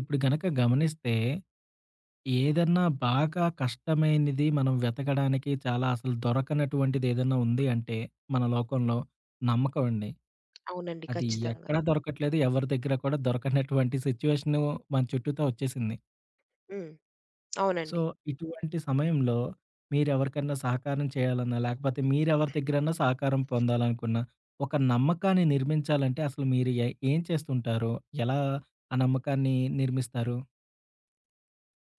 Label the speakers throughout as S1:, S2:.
S1: ఇప్పుడు గనక గమనిస్తే, ఏదన్నా బాగా కష్టమైనది మనం వెతకడానికి చాలా అసలు దొరకనటువంటిది ఏదన్నా ఉంది అంటే, మన లోకంలో నమ్మకం అండి.
S2: అవునండి.
S1: అది
S2: ఖచ్చితంగా.
S1: ఎక్కడా దొరకట్లేదు. ఎవరి దగ్గర కూడా దొరకనటువంటి సిట్యుయేషను మన చుట్టూతా వచ్చేసింది.
S2: హ్మ్.
S1: సో,
S2: అవునండి.
S1: ఇటువంటి సమయంలో మీరెవరికన్నా సహకారం చేయాలన్నా, లేకపోతే మీరెవరి దగ్గరన్నా సహకారం పొందాలనుకున్నా, ఒక నమ్మకాన్ని నిర్మించాలంటే అసలు మీరు ఏం చేస్తుంటారు? ఎలా ఆ నమ్మకాన్ని నిర్మిస్తారు?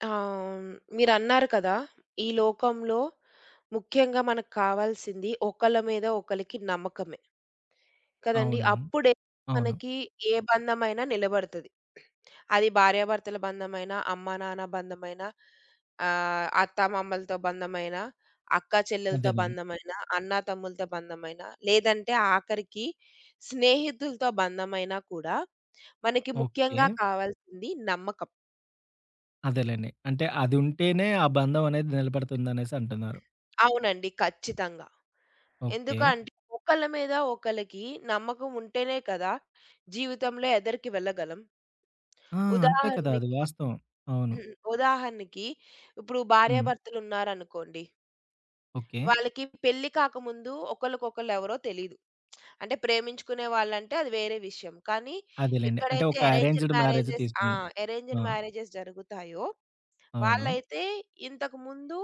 S2: ఆహ్, మీరన్నారు కదా! ఈ లోకంలో ముఖ్యంగా మనకు కావాల్సింది ఒకళ్ళ మీద ఒకళ్ళకి నమ్మకమే. కదండీ!
S1: అవును.
S2: అప్పుడే
S1: అవును.
S2: మనకి ఏ బంధమైనా నిలబడతది. అది భార్యాభర్తల బంధమైనా, అమ్మానాన్న బంధమైనా, అత్తామామలతో బంధమైనా, అక్కా చెల్లెలతో
S1: అదేనండి.
S2: బంధమైనా, అన్నాతమ్ములతో బంధమైనా, లేదంటే ఆఖరికి స్నేహితులతో బంధమైనా కూడా మనకి
S1: ఓకే.
S2: ముఖ్యంగా కావాల్సింది నమ్మకం.
S1: అదేలెండి. అంటే అది ఉంటేనే ఆ బంధం అనేది నిలబడుతుందనేసి అంటున్నారు.
S2: అవునండి. ఖచ్చితంగా.
S1: ఓకే.
S2: ఎందుకంటే ఒకళ్ళ మీద ఒకళ్ళకి నమ్మకం ఉంటేనే కదా! జీవితంలో ఎదరికి వెళ్ళగలం.
S1: ఆ! అంతే కదా! అది
S2: ఉదాహరణకి
S1: వాస్తవం. అవును.
S2: ఉదాహరణకి ఇప్పుడు
S1: హ్మ్.
S2: భార్యాభర్తలున్నారనుకోండి.
S1: ఓకే.
S2: వాళ్ళకి పెళ్లి కాకముందు ఒకళ్ళకొకళ్ళు ఎవరో తెలీదు. అంటే ప్రేమించుకునే వాళ్ళంటే అది వేరే విషయం. కానీ
S1: అదేలెండి. అంటే
S2: ఎక్కడైతే
S1: ఒక
S2: అరేంజ్డ్
S1: అరేంజ్డ్ మ్యారేజ్
S2: మ్యారేజెస్ ఆ!
S1: తీసుకుందాం. ఆ!
S2: అరేంజ్డ్ మ్యారేజెస్ జరుగుతాయో
S1: అవును.
S2: వాళ్ళైతే ఇంతకుముందు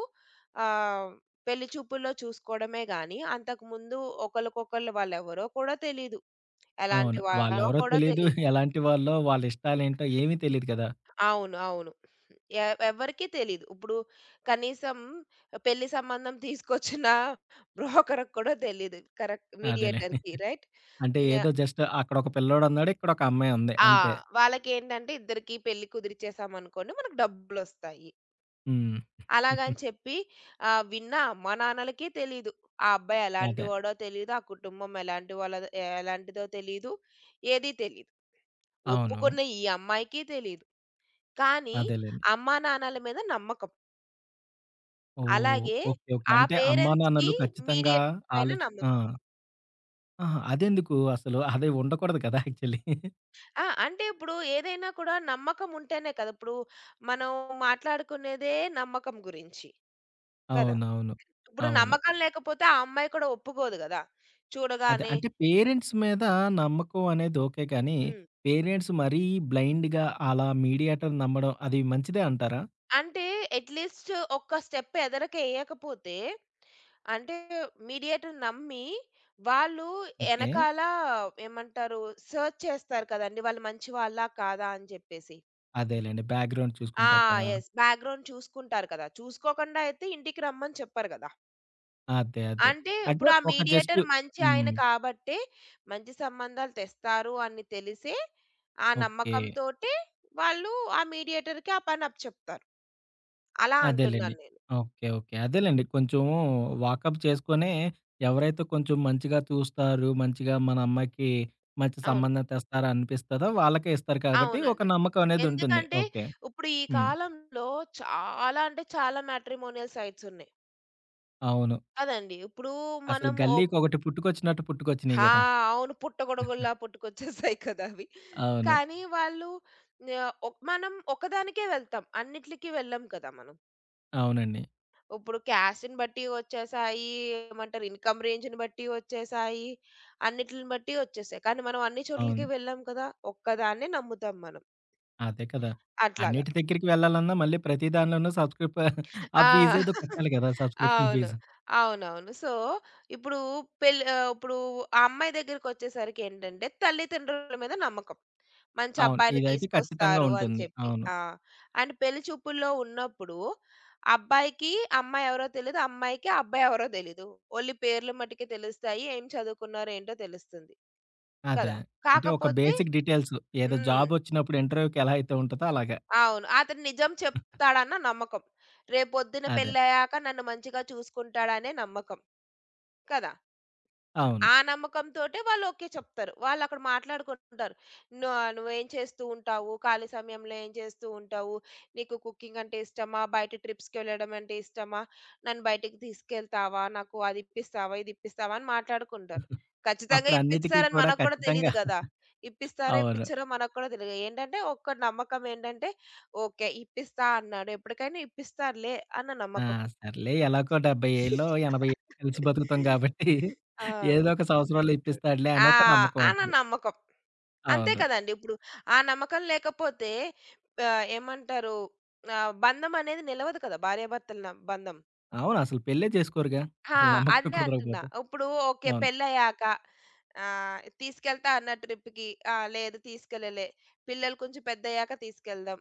S2: ఆహ్, పెళ్లి చూపుల్లో చూసుకోవడమే గాని, అంతకుముందు ఒకళ్ళకొకళ్ళు వాళ్ళెవరో కూడా తెలీదు. ఎలాంటి
S1: అవును.
S2: వాళ్ళో
S1: వాళ్ళెవరో
S2: కూడా
S1: తెలీదు.
S2: తెలీదు.
S1: ఎలాంటి వాళ్ళో, వాళ్ళ ఇష్టాలేంటో ఏమీ తెలీదు కదా!
S2: అవును. అవును. ఎ ఎవ్వరికీ తెలీదు. ఇప్పుడు కనీసం పెళ్లి సంబంధం తీసుకొచ్చిన బ్రోకర్‌కి కూడా తెలీదు. కరెక్ట్.
S1: అదేలెండి.
S2: మీడియేటర్‌కి రైట్.
S1: అంటే
S2: హ్మ్.
S1: ఏదో జస్ట్ అక్కడొక పిల్లోడున్నాడు. ఇక్కడొక అమ్మాయి ఉంది.
S2: ఆ!
S1: అంతే.
S2: వాళ్ళకేంటంటే ఇద్దరికీ పెళ్లి కుదిరిచేసామనుకోండి మనకు డబ్బులొస్తాయి.
S1: హ్మ్.
S2: అలాగని చెప్పి విన్నా అమ్మా, నాన్నలకి తెలీదు. ఆ అబ్బాయి
S1: అదే.
S2: ఎలాంటివాడో తెలీదు. ఆ కుటుంబం ఎలాంటి వాళ్ళదో ఎలాంటిదో తెలీదు. ఏది తెలీదు.
S1: అవును.
S2: ఒప్పుకున్న ఈ అమ్మాయికి తెలీదు. కానీ
S1: అదేలెండి.
S2: అమ్మా, నాన్నల మీద నమ్మకం.
S1: ఓహ్!
S2: అలాగే
S1: ఓకే. ఓకే.
S2: ఆ
S1: అంటే
S2: పేరెంట్స్‌కి
S1: అమ్మానాన్నలు ఖచ్చితంగా
S2: మీడియేటర్ పైన
S1: ఆ!
S2: నమ్మకం.
S1: ఆహా! అదెందుకు అసలు? అది ఉండకూడదు కదా! యాక్చువల్లీ.
S2: ఆ! అంటే ఇప్పుడు ఏదైనా కూడా నమ్మకం ఉంటేనే కదా! ఇప్పుడు మనం మాట్లాడుకునేదే నమ్మకం గురించి కదా!
S1: అవునవును.
S2: ఇప్పుడు
S1: అవును.
S2: నమ్మకం లేకపోతే ఆ అమ్మాయి కూడా ఒప్పుకోదు గదా!
S1: అదే
S2: చూడగానే.
S1: అంటే పేరెంట్స్ మీద నమ్మకం అనేది ఓకే. కానీ,
S2: హ్మ్.
S1: పేరెంట్స్ మరీ బ్లైండ్‌గా అలా మీడియేటర్ నమ్మడం అది మంచిదే అంటారా?
S2: అంటే అట్‌లీస్ట్ ఒక్క స్టెప్ ఎదరకి ఎయ్యకపోతే అంటే మీడియేటర్ నమ్మి వాళ్ళు
S1: ఓకే.
S2: ఎనకాల ఏమంటారు? సెర్చ్ చేస్తారు కదండీ! వాళ్ళు మంచి వాళ్ళా? కాదా? అని జెప్పేసి.
S1: అదేలెండి. బ్యాక్‌గ్రౌండ్
S2: ఆ!
S1: చూసుకుంటారు కదా!
S2: యెస్. బ్యాక్‌గ్రౌండ్ చూసుకుంటారు కదా! చూసుకోకుండా అయితే ఇంటికి రమ్మని చెప్పరు గదా!
S1: అదే. అదే.
S2: అంటే ఇప్పుడు
S1: అంటే
S2: ఆ
S1: ఒక జస్ట్
S2: మీడియేటర్ మంచి ఆయన
S1: హ్మ్.
S2: కాబట్టే మంచి సంబంధాలు తెస్తారు అని తెలిసే ఆ
S1: ఓకే.
S2: నమ్మకంతోటే వాళ్ళు ఆ మీడియేటర్‌కి ఆ పని అప్పచెప్తారు. అలా
S1: అదేలెండి.
S2: అంటున్నాను నేను.
S1: ఓకే. ఓకే. అదేలెండి. కొంచెం వాకప్ చేసుకొనే ఎవరైతే కొంచెం మంచిగా చూస్తారు, మంచిగా మన అమ్మాయికి మంచి
S2: అవును.
S1: సంబంధం తెస్తారు అనిపిస్తదో వాళ్ళకే ఇస్తారు కాబట్టి ఒక
S2: అవునండి.
S1: నమ్మకం అనేది ఉంటుంది.
S2: ఎందుకంటే
S1: ఓకే.
S2: ఇప్పుడు ఈ
S1: హ్మ్.
S2: కాలంలో చాలా అంటే చాలా మ్యాట్రిమోనియల్ సైట్స్ ఉన్నాయి.
S1: అవును.
S2: కదండీ! ఇప్పుడు
S1: అసలు
S2: మనము
S1: గల్లీకొకటి పుట్టుకొచ్చినట్టు పుట్టుకొచ్చినియి
S2: ఆ!
S1: గదా!
S2: అవును. పుట్టగొడుగుల్లా పుట్టుకొచ్చేసాయి కదా! అవి.
S1: అవును.
S2: కానీ వాళ్ళు ఆహ్, ఒక్ మనం ఒకదానికే వెళ్తాం. అన్నిట్లికి వెళ్ళం కదా మనం.
S1: అవునండి.
S2: ఇప్పుడు క్యాస్ట్‌ని బట్టి వచ్చేసాయి. ఏమంటారు ఇన్‌కమ్ రేంజ్‌ని బట్టి వచ్చేసాయి. అన్నిట్లిని బట్టి వచ్చేసాయి. కానీ మనం అన్ని
S1: అవును.
S2: చోట్లకి వెళ్ళం కదా! ఒక్కదాన్నే నమ్ముతాం మనం.
S1: అదే కదా!
S2: అట్లాగా.
S1: అన్నిటి దగ్గరికి వెళ్ళాలన్నా మళ్ళీ ప్రతి దానిలోనూ ఆ
S2: ఆ!
S1: ఫీజేదో కట్టాలి గదా! సబ్‌స్క్రిప్షన్
S2: అవును.
S1: ఫీజు.
S2: అవునవును. సో, ఇప్పుడు పెళ్లి ఇప్పుడు ఆ అమ్మాయి దగ్గరికొచ్చేసరికేంటంటే, తల్లిదండ్రుల మీద నమ్మకం. మంచి
S1: అవును.
S2: అబ్బాయిని
S1: ఇదైతే ఖచ్చితంగా
S2: తీసుకొస్తారు అని
S1: ఉంటుంది.
S2: చెప్పి.
S1: అవును.
S2: ఆ! అండ్ పెళ్లి చూపుల్లో ఉన్నప్పుడు, అబ్బాయికి అమ్మాయి ఎవరో తెలీదు, అమ్మాయికి అబ్బాయి ఎవరో తెలీదు. ఓన్లీ పేర్లు మటికే తెలుస్తాయి. ఏం చదువుకున్నారో ఏంటో తెలుస్తుంది.
S1: అదే.
S2: కదా!
S1: అంటే ఒక
S2: కాకపోతే
S1: బేసిక్ డీటెయిల్స్ ఏదో
S2: హ్మ్.
S1: జాబొచ్చినప్పుడు ఇంటర్వ్యూకి ఎలా అయితే ఉంటదో అలాగా.
S2: అవును. అతను నిజం చెప్తాడన్న నమ్మకం. రేపొద్దున
S1: అదే.
S2: పెళ్లయ్యాక నన్ను మంచిగా చూసుకుంటాడనే నమ్మకం. కదా!
S1: అవును.
S2: ఆ నమ్మకంతోటే వాళ్ళు ఓకే చెప్తారు. వాళ్ళక్కడ మాట్లాడుకుంటుంటారు. "ను నువ్వేం చేస్తూ ఉంటావు? ఖాళీ సమయంలో ఏం చేస్తూ ఉంటావు? నీకు కుకింగ్ అంటే ఇష్టమా? బయట ట్రిప్స్‌కెళ్ళడం అంటే ఇష్టమా? నన్ను బయటికి తీసుకెళ్తావా? నాకు అది ఇప్పిస్తావా? ఇది ఇప్పిస్తావా?" అని మాట్లాడుకుంటారు. ఖచ్చితంగా
S1: అప్పుడన్నిటికి
S2: ఇప్పిస్తారని
S1: కూడా
S2: మనకు కూడా
S1: ఖచ్చితంగా
S2: తెలీదు గదా! ఇప్పిస్తారో,
S1: అవును.
S2: ఇప్పించరో మనకు కూడా తెలీదు. ఏంటంటే ఒక్క నమ్మకం ఏంటంటే ఓకే. ఇప్పిస్తా అన్నాడు. ఎప్పటికైనా ఇప్పిస్తారులే అన్న
S1: ఆ!
S2: నమ్మకం.
S1: సర్లే ఎలాగో 70 ఏళ్ళో, 80 ఏళ్ళో కలిసి బతుకుతాం కాబట్టి
S2: ఆ!
S1: ఏదో ఒక సంవత్సరంలో ఇప్పిస్తాడులే అని
S2: ఆ!
S1: ఒక నమ్మకం
S2: ఆ! నా
S1: ఉంటది.
S2: నమ్మకం. అంతే
S1: అవును.
S2: కదండీ! ఇప్పుడు ఆ నమ్మకం లేకపోతే ఏమంటారు బంధం అనేది నిలవదు కదా! భార్యాభర్తల న బంధం.
S1: అవును. అసలు పెళ్ళే చేసుకోరుగా.
S2: ఆ!
S1: అసలు నమ్మకం
S2: అదే అంటున్నా.
S1: కుదరకపోతే.
S2: ఇప్పుడు ఓకే.
S1: అవును.
S2: పెళ్ళయ్యాక తీసుకెళ్తా అన్న ట్రిప్‌కి ఆ! లేదు తీసుకెళ్ళలే. పిల్లలు కొంచెం పెద్దయ్యాక తీసుకెళ్దాం.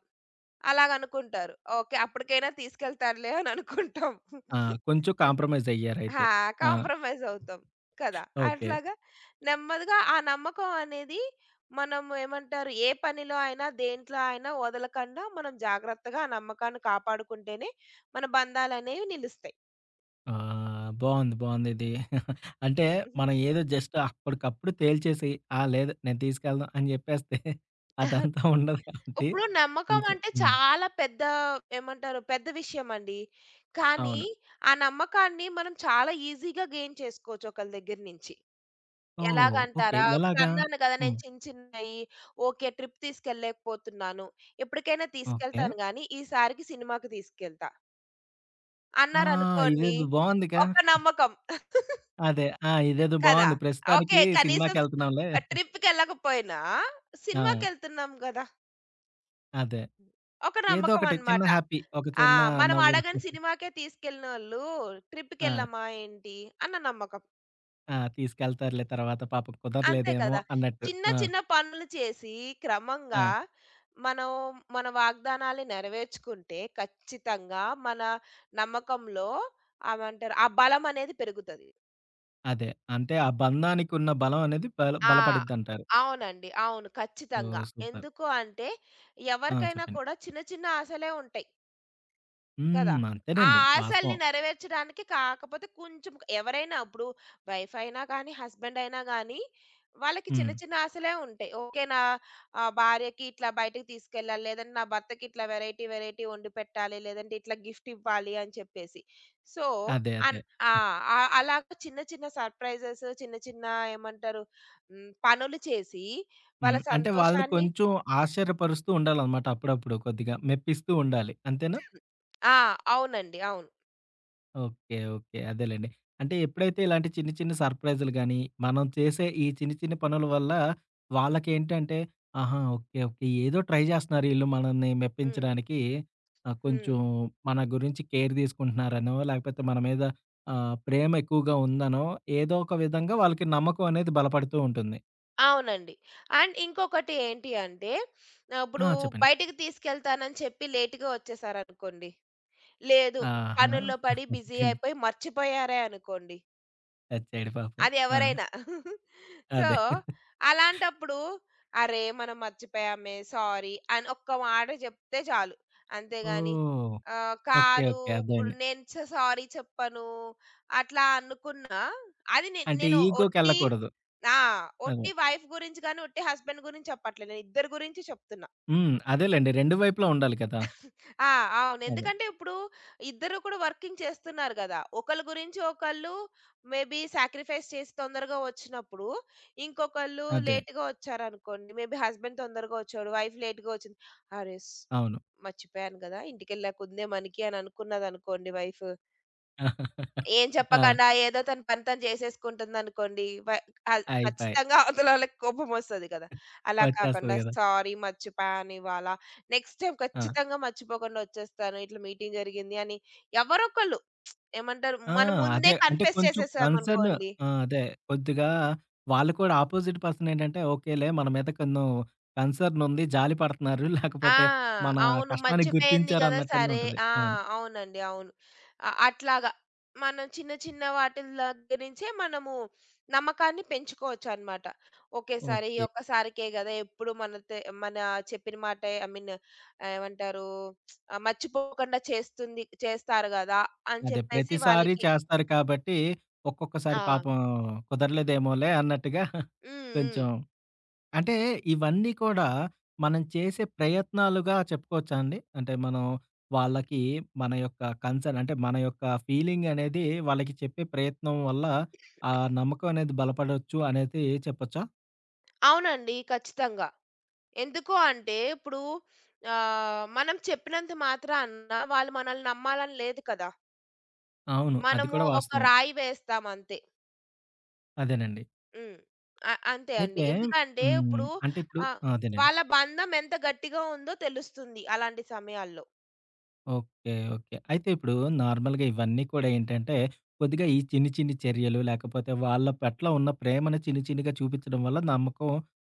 S2: అలాగనుకుంటారు. ఓకే. అప్పటికైనా తీసుకెళ్తారులే అని అనుకుంటాం.
S1: ఆ! కొంచెం కాంప్రమైజ్
S2: ఆ!
S1: అయ్యారైతే. ఆ!
S2: కాంప్రమైజ్ అవుతాం కదా!
S1: ఓకే.
S2: అట్లాగా నెమ్మదిగా ఆ నమ్మకం అనేది మనం ఏమంటారు? ఏ పనిలో అయినా, దేంట్లో అయినా వదలకండా మనం జాగ్రత్తగా ఆ నమ్మకాన్ని కాపాడుకుంటేనే మన బంధాలనేవి నిలుస్తాయి.
S1: ఆ! బావుంది. బావుంది ఇది. అంటే మనం ఏదో జస్ట్ అప్పటికప్పుడు తేల్చేసి, "ఆ! లేదు నేను తీసుకెళ్ళను" అని జెప్పేస్తే అదంతా ఉండదు కాబట్టి
S2: ఇప్పుడు నమ్మకం
S1: కొంచెం
S2: అంటే
S1: హ్మ్.
S2: చాలా పెద్ద ఏమంటారు? పెద్ద విషయమండి. కానీ
S1: అవును.
S2: ఆ నమ్మకాన్ని మనం చాలా ఈజీగా గెయిన్ చేసుకోవచ్చు ఒకళ్ళ దగ్గర నుంచి.
S1: ఓహ్! ఓకే.
S2: ఎలాగంటారా?
S1: ఎలాగా?
S2: ఇప్పుడన్నాను కదా!
S1: హ్మ్.
S2: నేను చిన్న చిన్నయి ఓకే. ట్రిప్ తీసుకెళ్ళలేకపోతున్నాను. ఎప్పటికైనా
S1: ఓకే.
S2: తీసుకెళ్తాను గానీ, ఈసారికి సినిమాకి తీసుకెళ్తా
S1: ఆ!
S2: అన్నారనుకోండి,
S1: ఇదేదో బావుందిగా.
S2: ఒక నమ్మకం.
S1: అదే. ఆ! ఇదేదో
S2: కదా!
S1: బావుంది. ప్రస్తుతానికి
S2: ఓకే. కనీసం
S1: సినిమాకెళ్తున్నాంలే.
S2: ట్రిప్‌కెళ్ళకపోయినా
S1: ఆ!
S2: సినిమాకెళ్తున్నాం గదా!
S1: అదే.
S2: ఒక
S1: ఏదో
S2: నమ్మకం
S1: ఒకటి చిన్న
S2: అన్నమాట.
S1: హ్యాపీ. ఒక
S2: ఆ!
S1: చిన్న
S2: మనం
S1: నవ్వు.
S2: అడగని సినిమాకే తీసుకెళ్ళినోళ్ళు
S1: ఆ!
S2: ట్రిప్‌కెళ్ళమా ఏంటి? అన్న నమ్మకం.
S1: ఆ! తీసుకెళ్తారులే తర్వాత పాపం
S2: అంతే
S1: కుదరలేదేమో
S2: కదా!
S1: అన్నట్టు.
S2: చిన్న
S1: ఆ!
S2: చిన్న పనులు చేసి
S1: ఆ!
S2: క్రమంగా మనం మన వాగ్దానాల్ని నెరవేర్చుకుంటే ఖచ్చితంగా మన నమ్మకంలో ఏమంటారు? ఆ బలం అనేది పెరుగుతది.
S1: అదే. అంటే ఆ బంధానికున్న బలం అనేది
S2: ఆ!
S1: బలపడిద్దంటారు.
S2: అవునండి. అవును. ఖచ్చితంగా.
S1: ఓహ్! సూపర్.
S2: ఎందుకు అంటే
S1: ఆ!
S2: ఎవరికైనా
S1: చెప్పండి.
S2: కూడా చిన్న చిన్న ఆశలే ఉంటాయి. కదా!
S1: హ్మ్.
S2: ఆ
S1: అంతేనండి.
S2: ఆశల్ని
S1: వాస్తవం.
S2: నెరవేర్చడానికి కాకపోతే కొంచెం ఎవరైనా ఇప్పుడు వైఫ్ అయినా కానీ, హస్బెండ్ అయినా గానీ, వాళ్ళకి చిన్న
S1: హ్మ్.
S2: చిన్న ఆశలే ఉంటాయి. ఓకే. నా భార్యకి ఇట్లా బయటకి తీసుకెళ్ళాలి, లేదంటే నా భర్తకి ఇట్లా వెరైటీ వెరైటీ వండి పెట్టాలి, లేదంటే ఇట్లా గిఫ్ట్ ఇవ్వాలి అని చెప్పేసి. సో,
S1: అదే. అదే.
S2: అన్ ఆ! ఆ! అలాగా చిన్న చిన్న సర్ప్రైజెస్ చిన్న చిన్న ఏమంటారు హ్మ్. పనులు చేసి వాళ్ళ
S1: హ్మ్. అంటే వాళ్ళని
S2: సంతోషాన్ని
S1: కొంచెం ఆశ్చర్యపరుస్తూ ఉండాలనమాట అప్పుడప్పుడు కొద్దిగా. మెప్పిస్తూ ఉండాలి. అంతేనా?
S2: ఆ! అవునండి. అవును.
S1: ఓకే. ఓకే. అదేలెండి. అంటే ఎప్పుడైతే ఇలాంటి చిన్న చిన్న సర్ప్రైజ్‌లు గాని, మనం చేసే ఈ చిన్న చిన్న పనుల వల్ల వాళ్ళకేంటంటే, ఆహా! ఓకే. ఓకే. ఏదో ట్రై జేస్తున్నారు ఈళ్ళు మనల్ని
S2: హ్మ్.
S1: మెప్పించడానికి. ఆహ్,
S2: హ్మ్.
S1: కొంచెం మన గురించి కేర్ తీసుకుంటున్నారనో, లేకపోతే మన మీద ఆహ్, ప్రేమ ఎక్కువగా ఉందనో, ఏదో ఒక విధంగా వాళ్ళకి నమ్మకం అనేది బలపడుతూ ఉంటుంది.
S2: అవునండి. అండ్ ఇంకొకటి ఏంటి అంటే ఇప్పుడు
S1: ఆ! చెప్పండి.
S2: బయటికి తీసుకెళ్తానని చెప్పి లేట్‌గా వచ్చేసారనుకోండి. లేదు
S1: ఆహా!
S2: పనుల్లో పడి బిజీ
S1: అయిపోయింది.
S2: అయిపోయి మర్చిపోయారే అనుకోండి.
S1: చచ్చాడు పాపం.
S2: అది
S1: ఆ!
S2: ఎవరైనా. సో,
S1: అదే.
S2: అలాంటప్పుడు అరే! మనం మర్చిపోయామే సారీ అని ఒక్క మాట చెప్తే చాలు. అంతేగాని
S1: ఓహ్! ఓకే.
S2: కాదు
S1: ఓకే.
S2: ఇప్పుడు
S1: అర్థమైంది.
S2: నేను సారీ చెప్పను అట్లా అనుకున్నా అది నే
S1: అంటే
S2: నేను ఒట్టి
S1: ఈగోకెళ్ళకూడదు.
S2: ఆ!
S1: అదే.
S2: ఒట్టి వైఫ్ గురించి గాని, ఒట్టి హస్బెండ్ గురించి చెప్పట్లే. నేను ఇద్దరి గురించి చెప్తున్నా.
S1: హ్మ్. అదేలెండి. 2 వైపులా ఉండాలి కదా!
S2: ఆ! అవును.
S1: అదే.
S2: ఎందుకంటే ఇప్పుడు ఇద్దరు కూడా వర్కింగ్ చేస్తున్నారు గదా! ఒకళ్ళ గురించి ఒకళ్ళు మేబీ సాక్రిఫైస్ చేసి తొందరగా వచ్చినప్పుడు, ఇంకొకళ్ళు
S1: అదే.
S2: లేట్‌గా వచ్చారనుకోండి. మేబీ హస్బెండ్ తొందరగా వచ్చాడు. వైఫ్ లేట్‌గా వచ్చింది. అరే!
S1: అవును.
S2: మర్చిపోయాను గదా! ఇంటికెళ్ళాక ఉందే మనకి అని అనుకున్నదనుకోండి వైఫ్. ఏం
S1: ఆ!
S2: చెప్పకుండా ఏదో తన పని తను చేసేసుకుంటుందనుకోండి. వ అద్
S1: అయిపాయి.
S2: ఖచ్చితంగా అవతలోళ్ళకి కోపమొస్తది కదా! అలా
S1: వచ్చేస్తది
S2: కాకుండా
S1: గదా!
S2: సారీ మర్చిపోయాను ఇవాళ. నెక్స్ట్ టైమ్
S1: ఆ!
S2: ఖచ్చితంగా మర్చిపోకుండా వచ్చేస్తాను. ఇట్లా మీటింగ్ జరిగింది అని ఎవరో ఒకళ్ళు ఏమంటారు?
S1: ఆ!
S2: మనం ముందే
S1: అదే. అంటే
S2: కన్ఫెస్
S1: కొంచెం కన్సర్న్
S2: చేసేసామనుకోండి
S1: ఆ! అదే. కొద్దిగా వాళ్ళు కూడా అపోజిట్ పర్సన్ ఏంటంటే, ఓకేలే మన మీద కన్సర్న్ ఉంది. జాలి పడుతున్నారు.
S2: ఆ!
S1: లేకపోతే మన
S2: అవును.
S1: కష్టాన్ని
S2: మర్చిపోయింది
S1: గుర్తించారు
S2: గదా!
S1: అన్నట్టన్నా
S2: సరే
S1: ఉంటది.
S2: ఆ!
S1: అవును.
S2: అవునండి. అవును. అట్లాగా మనం చిన్న చిన్న వాటిల దగ్గర నుంచే మనము నమ్మకాన్ని పెంచుకోవచ్చనమాట. ఒకేసారి ఈ
S1: ఓకే.
S2: ఒక్కసారికే గదా! ఎప్పుడు మనతే మన చెప్పిన మాటే ఐ మీన్ ఏమంటారు మర్చిపోకుండా చేస్తుంది చేస్తారు గదా! అని
S1: అదే
S2: చెప్పేసి
S1: ప్రతిసారి
S2: వాళ్ళకి
S1: చేస్తారు కాబట్టి, ఒక్కొక్కసారి
S2: ఆ!
S1: పాపం కుదరలేదేమోలే అన్నట్టుగా
S2: హ్మ్. హ్మ్.
S1: కొంచెం అంటే ఇవన్నీ కూడా మనం చేసే ప్రయత్నాలుగా చెప్పుకోవచ్చా అండి? అంటే మనం వాళ్ళకి మన యొక్క కన్సర్న్ అంటే మన యొక్క ఫీలింగ్ అనేది వాళ్ళకి చెప్పే ప్రయత్నం వల్ల ఆ నమ్మకం అనేది బలపడొచ్చు అనేది చెప్పొచ్చా?
S2: అవునండి. ఖచ్చితంగా. ఎందుకు అంటే, ఇప్పుడు మనం చెప్పినంత మాత్రాన వాళ్ళు మనల్ని నమ్మాలని లేదు కదా!
S1: అవును. అది
S2: మనము
S1: కూడా
S2: ఒక
S1: వాస్తవం.
S2: రాయి వేస్తాం అంతే.
S1: అదేనండి.
S2: హ్మ్. అంతే అండి.
S1: అయితే
S2: ఎందుకంటే
S1: హ్మ్.
S2: ఇప్పుడు
S1: అంటే ఇప్పుడు
S2: ఆహ్,
S1: ఆ! అదేనండి.
S2: వాళ్ళ బంధం ఎంత గట్టిగా ఉందో తెలుస్తుంది అలాంటి సమయాల్లో.
S1: ఓకే. ఓకే. అయితే ఇప్పుడు నార్మల్‌గా ఇవన్నీ కూడా ఏంటంటే, కొద్దిగా ఈ చిన్ని, చిన్ని చర్యలు లేకపోతే వాళ్ళ పట్ల ఉన్న ప్రేమను చిన్ని, చిన్నిగా చూపించడం వల్ల నమ్మకం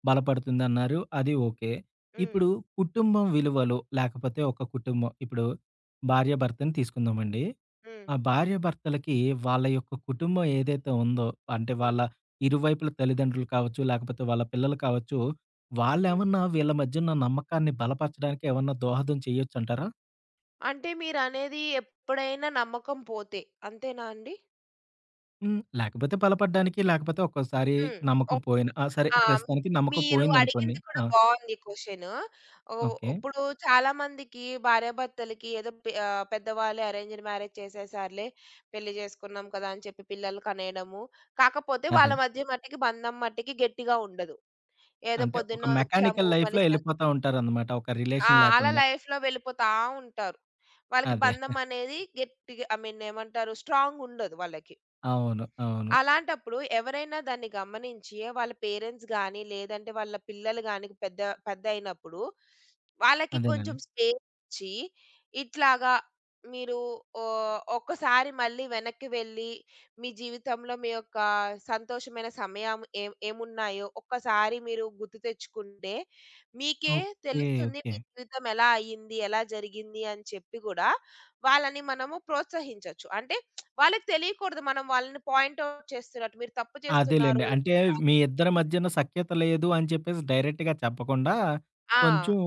S1: బలపడుతుందన్నారు. అది ఓకే.
S2: హ్మ్.
S1: ఇప్పుడు కుటుంబం విలువలు లేకపోతే ఒక కుటుంబం ఇప్పుడు భార్యాభర్తని తీసుకుందామండి.
S2: హ్మ్.
S1: ఆ భార్యాభర్తలకి వాళ్ళ యొక్క కుటుంబం ఏదైతే ఉందో, అంటే వాళ్ళ
S2: హ్మ్.
S1: ఇరువైపుల తల్లిదండ్రులు కావచ్చు, లేకపోతే వాళ్ళ పిల్లలు కావచ్చు,
S2: హ్మ్.
S1: వాళ్ళేమన్నా వీళ్ళ మధ్య ఉన్న నమ్మకాన్ని బలపరచడానికి ఏమన్నా దోహదం చేయొచ్చంటారా?
S2: అంటే మీరనేది ఎప్పుడైనా నమ్మకం పోతే అంతేనా అండి?
S1: హ్మ్. లేకపోతే బలపడ్డానికి, లేకపోతే ఒక్కోసారి
S2: హ్మ్.
S1: నమ్మకం పోయిన ఆ! సరే
S2: ఆ!
S1: ప్రస్తుతానికి నమ్మకం
S2: మీరు
S1: పోయిందనుకోండి.
S2: అడిగింది కూడా
S1: ఆ!
S2: బావుంది క్వెషను. ఓ
S1: ఓకే.
S2: ఇప్పుడు చాలా మందికి భార్యాభర్తలకి ఏదో పెద్దవాళ్ళే అరేంజ్డ్ మ్యారేజ్ చేసేసారులే, పెళ్లి చేసుకున్నాం కదా! అని చెప్పి పిల్లలు కనేయడము. కాకపోతే వాళ్ళ
S1: అదే.
S2: మధ్య మట్టికి బంధం మట్టికి గట్టిగా ఉండదు. ఏదో
S1: అంటే ఒక
S2: పొద్దున్న వచ్చాము
S1: మెకానికల్ లైఫ్‌లో
S2: మళ్ళీ
S1: ఎళ్ళిపోతా ఉంటారనమాట. ఒక
S2: ఆ!
S1: రిలేషన్
S2: అలా
S1: లేకుండా.
S2: లైఫ్‌లో వెళ్ళిపోతా ఉంటారు. వాళ్ళకి
S1: అదే.
S2: బంధం అనేది గట్టిగా ఐ మీన్ ఏమంటారు స్ట్రాంగ్ ఉండదు వాళ్ళకి.
S1: అవును. అవును.
S2: అలాంటప్పుడు ఎవరైనా దాన్ని గమనించి వాళ్ళ పేరెంట్స్ గానీ, లేదంటే వాళ్ళ పిల్లలు గానీ పెద్ద పెద్దయినప్పుడు వాళ్ళకి కొంచెం
S1: అదేనండి.
S2: స్పేస్ ఇచ్చి, ఇట్లాగా మీరు ఓహ్, ఒక్కసారి మళ్ళీ వెనక్కి వెళ్ళి, మీ జీవితంలో మీ యొక్క సంతోషమైన సమయం ఏం ఏమున్నాయో ఒక్కసారి మీరు గుర్తు తెచ్చుకుంటే, మీకే
S1: ఓకే.
S2: తెలుస్తుంది
S1: ఓకే.
S2: మీ జీవితం ఎలా అయింది, ఎలా జరిగింది అని చెప్పి గూడా వాళ్ళని మనము ప్రోత్సహించొచ్చు. అంటే వాళ్ళకి తెలియకూడదు. మనం వాళ్ళని పాయింట్ ఔట్ చేస్తున్నట్టు. మీరు తప్పు
S1: అదేలెండి.
S2: చేస్తున్నారు
S1: అంటే
S2: ఇట్లా కాదు.
S1: మీ ఇద్దరి మధ్యన సఖ్యత లేదు అని చెప్పేసి డైరెక్ట్‌గా చెప్పకుండా,
S2: ఆ!
S1: కొంచెం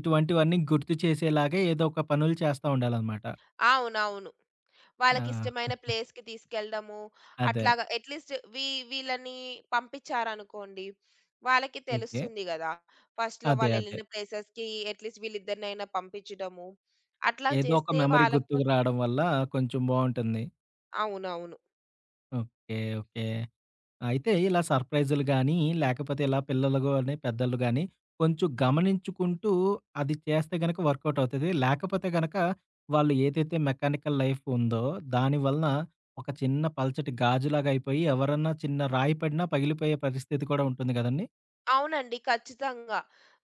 S1: ఇటువంటివన్నీ గుర్తు చేసేలాగా ఏదో ఒక పనులు చేస్తా ఉండాలనమాట.
S2: అవునవును.
S1: ఆ!
S2: వాళ్ళకిష్టమైన ప్లేస్‌కి తీసుకెళ్ళడము.
S1: అదే.
S2: అట్లాగా అట్‌లీస్ట్ వీళ్ళని పంపించారనుకోండి. వాళ్ళకి
S1: ఓకే.
S2: తెలుస్తుంది గదా! ఫస్ట్‌లో
S1: అదే. అదే.
S2: వాళ్ళెళ్ళిన ప్లేసెస్‌కి అట్‌లీస్ట్ వీళ్ళిద్దరినైనా పంపించడము. అట్లా
S1: ఏదో ఒక
S2: చేస్తే
S1: మెమరీ
S2: వాళ్ళకు
S1: గుర్తుకు రాడం వల్ల కొంచెం బావుంటుంది.
S2: అవునవును.
S1: ఓకే. ఓకే. అయితే ఇలా సర్ప్రైజులు గానీ, లేకపోతే ఇలా పిల్లలు గాని, పెద్దోళ్ళు గాని కొంచెం గమనించుకుంటూ అది చేస్తే గనక వర్కౌట్ అవుతది. లేకపోతే గనక వాళ్ళు ఏదైతే మెకానికల్ లైఫ్ ఉందో దాని వలన ఒక చిన్న పల్చటి గాజులాగా అయిపోయి ఎవరన్నా చిన్న రాయి పడినా పగిలిపోయే పరిస్థితి కూడా ఉంటుంది గదండీ!
S2: అవునండి. ఖచ్చితంగా.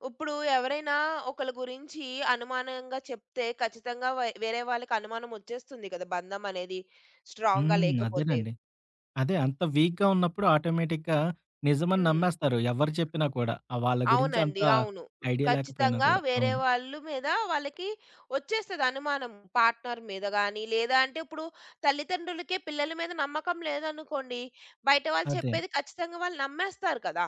S2: ఇప్పుడు ఎవరైనా ఒకళ్ళ గురించి అనుమానంగా చెప్తే ఖచ్చితంగా వేరే వాళ్ళకి అనుమానం ఒచ్చేస్తుంది కదా! బంధం అనేది స్ట్రాంగ్‌గా
S1: హ్మ్.
S2: లేకపోతే.
S1: అదేనండి. అదే అంత వీక్‌గా ఉన్నప్పుడు ఆటోమేటిక్‌గా నిజమని
S2: హ్మ్.
S1: నమ్మేస్తారు. ఎవరు చెప్పినా కూడా. ఆ వాళ్ళ గురించి అంత
S2: అవునండి. అవును.
S1: ఐడియా లేకపోయినా
S2: ఖచ్చితంగా
S1: కూడా.
S2: వేరే
S1: అవును.
S2: వాళ్ళు మీద వాళ్ళకి ఒచ్చేస్తది అనుమానం. పార్ట్నర్ మీద గాని, లేదా అంటే ఇప్పుడు తల్లిదండ్రులకే పిల్లల మీద నమ్మకం లేదనుకోండి, బయట వాళ్ళు
S1: అదే.
S2: చెప్పేది ఖచ్చితంగా వాళ్ళు నమ్మేస్తారు కదా!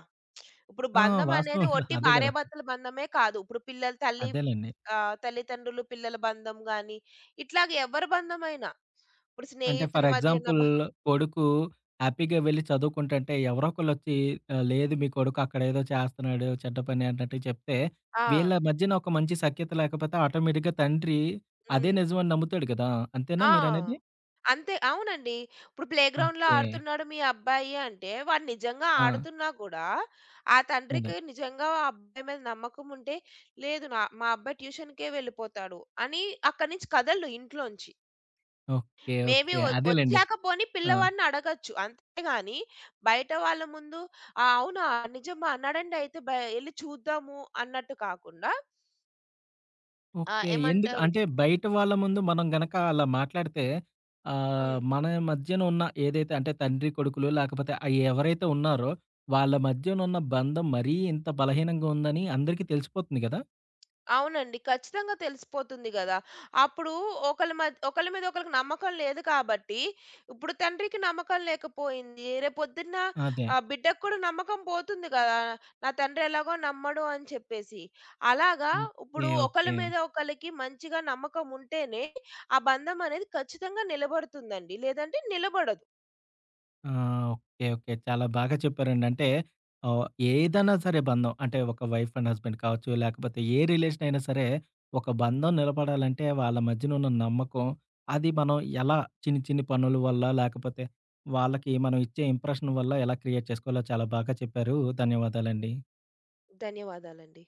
S2: ఇప్పుడు
S1: ఆ!
S2: బంధం అనేది
S1: వాస్తవం కదా!
S2: ఒట్టి
S1: అదే కదా!
S2: భార్యాభర్తల బంధమే కాదు. ఇప్పుడు పిల్లలు తల్లి
S1: అదేలెండి.
S2: ఆ! తల్లిదండ్రులు, పిల్లల బంధం గాని, ఇట్లాగ ఎవరి బంధమైనా. ఇప్పుడు
S1: అంటే
S2: స్నేహితుల
S1: ఫర్
S2: మధ్య ఉన్న
S1: ఎగ్జాంపుల్ కొడుకు హ్యాపీగా వెళ్లి చదువుకుంటుంటే ఎవరో ఒకళ్ళొచ్చి ఆహ్, లేదు మీ కొడుకు అక్కడేదో చేస్తున్నాడు చెడ్డ పని అన్నట్టు చెప్తే, వీళ్ళ
S2: ఆ!
S1: మధ్యన ఒక మంచి సఖ్యత లేకపోతే ఆటోమేటిక్‌గా తండ్రి అదే
S2: హ్మ్.
S1: నిజమని నమ్ముతాడు కదా! అంతేనా
S2: ఆ!
S1: మీరనేది?
S2: అంతే. అవునండి. ఇప్పుడు ప్లేగ్రౌండ్‌లో
S1: ఓకే.
S2: ఆడుతున్నాడు మీ అబ్బాయి అంటే, వాడు నిజంగా
S1: ఆ!
S2: ఆడుతున్నా కూడా, ఆ
S1: అదే.
S2: తండ్రికి నిజంగా ఆ అబ్బాయి మీద నమ్మకం ఉంటే, లేదు నా మా అబ్బాయి ట్యూషన్‌కే వెళ్ళిపోతాడు అని అక్కడి నుంచి కదలడు ఇంట్లోంచి.
S1: ఓకే.
S2: Maybe
S1: okay. అదేలెండి.
S2: ఒచ్చాక పోనీ
S1: ఆ!
S2: పిల్లవాడిని అడగొచ్చు. అంతేగాని బయట వాళ్ళ ముందు "ఆ! అవునా? నిజమా? నడండయితే ఎళ్లి చూద్దాము" అన్నట్టు కాకుండా
S1: ఓకే. ఎందుకు
S2: ఏమంటారు
S1: అంటే బయట వాళ్ళ ముందు మనం గనక అలా మాట్లాడితే ఆహ్,
S2: హ్మ్.
S1: మన మధ్యన ఉన్న ఏదైతే అంటే తండ్రి, కొడుకులు లేకపోతే ఆహ్, ఎవరైతే ఉన్నారో వాళ్ళ
S2: హ్మ్.
S1: మధ్యన ఉన్న బంధం మరీ ఇంత బలహీనంగా ఉందని అందరికీ తెలిసిపోతుంది గదా!
S2: అవునండి. ఖచ్చితంగా తెలిసిపోతుంది గదా! అప్పుడు ఒకళ్ళ మీద ఒకళ్ళకి నమ్మకం లేదు కాబట్టి, ఇప్పుడు తండ్రికి నమ్మకం లేకపోయింది. రేపొద్దున్న
S1: అదే.
S2: బిడ్డకు కూడా నమ్మకం పోతుంది గదా! నా తండ్రి ఎలాగో నమ్మడు అని చెప్పేసి. అలాగా
S1: ఓకే.
S2: ఇప్పుడు
S1: ఓకే.
S2: ఒకళ్ళ మీద ఒకళ్ళకి మంచిగా నమ్మకం ఉంటేనే, ఆ బంధం అనేది ఖచ్చితంగా నిలబడుతుందండి. లేదంటే నిలబడదు.
S1: ఆ! ఓకే. ఓకే. చాలా బాగా చెప్పారండి. అంటే ఆహ్, ఏదైనా సరే బంధం అంటే ఒక వైఫ్ అండ్ హస్బెండ్ కావచ్చు, లేకపోతే ఏ రిలేషన్ అయినా సరే ఒక బంధం నిలబడాలంటే వాళ్ళ మధ్యన ఉన్న నమ్మకం, అది మనం ఎలా చిన్ని చిన్ని పనుల వల్ల లేకపోతే వాళ్ళకి మనం ఇచ్చే ఇంప్రెషన్ వల్ల ఎలా క్రియేట్ చేసుకోవాలో చాలా బాగా చెప్పారు. ధన్యవాదాలండి.
S2: ధన్యవాదాలండి.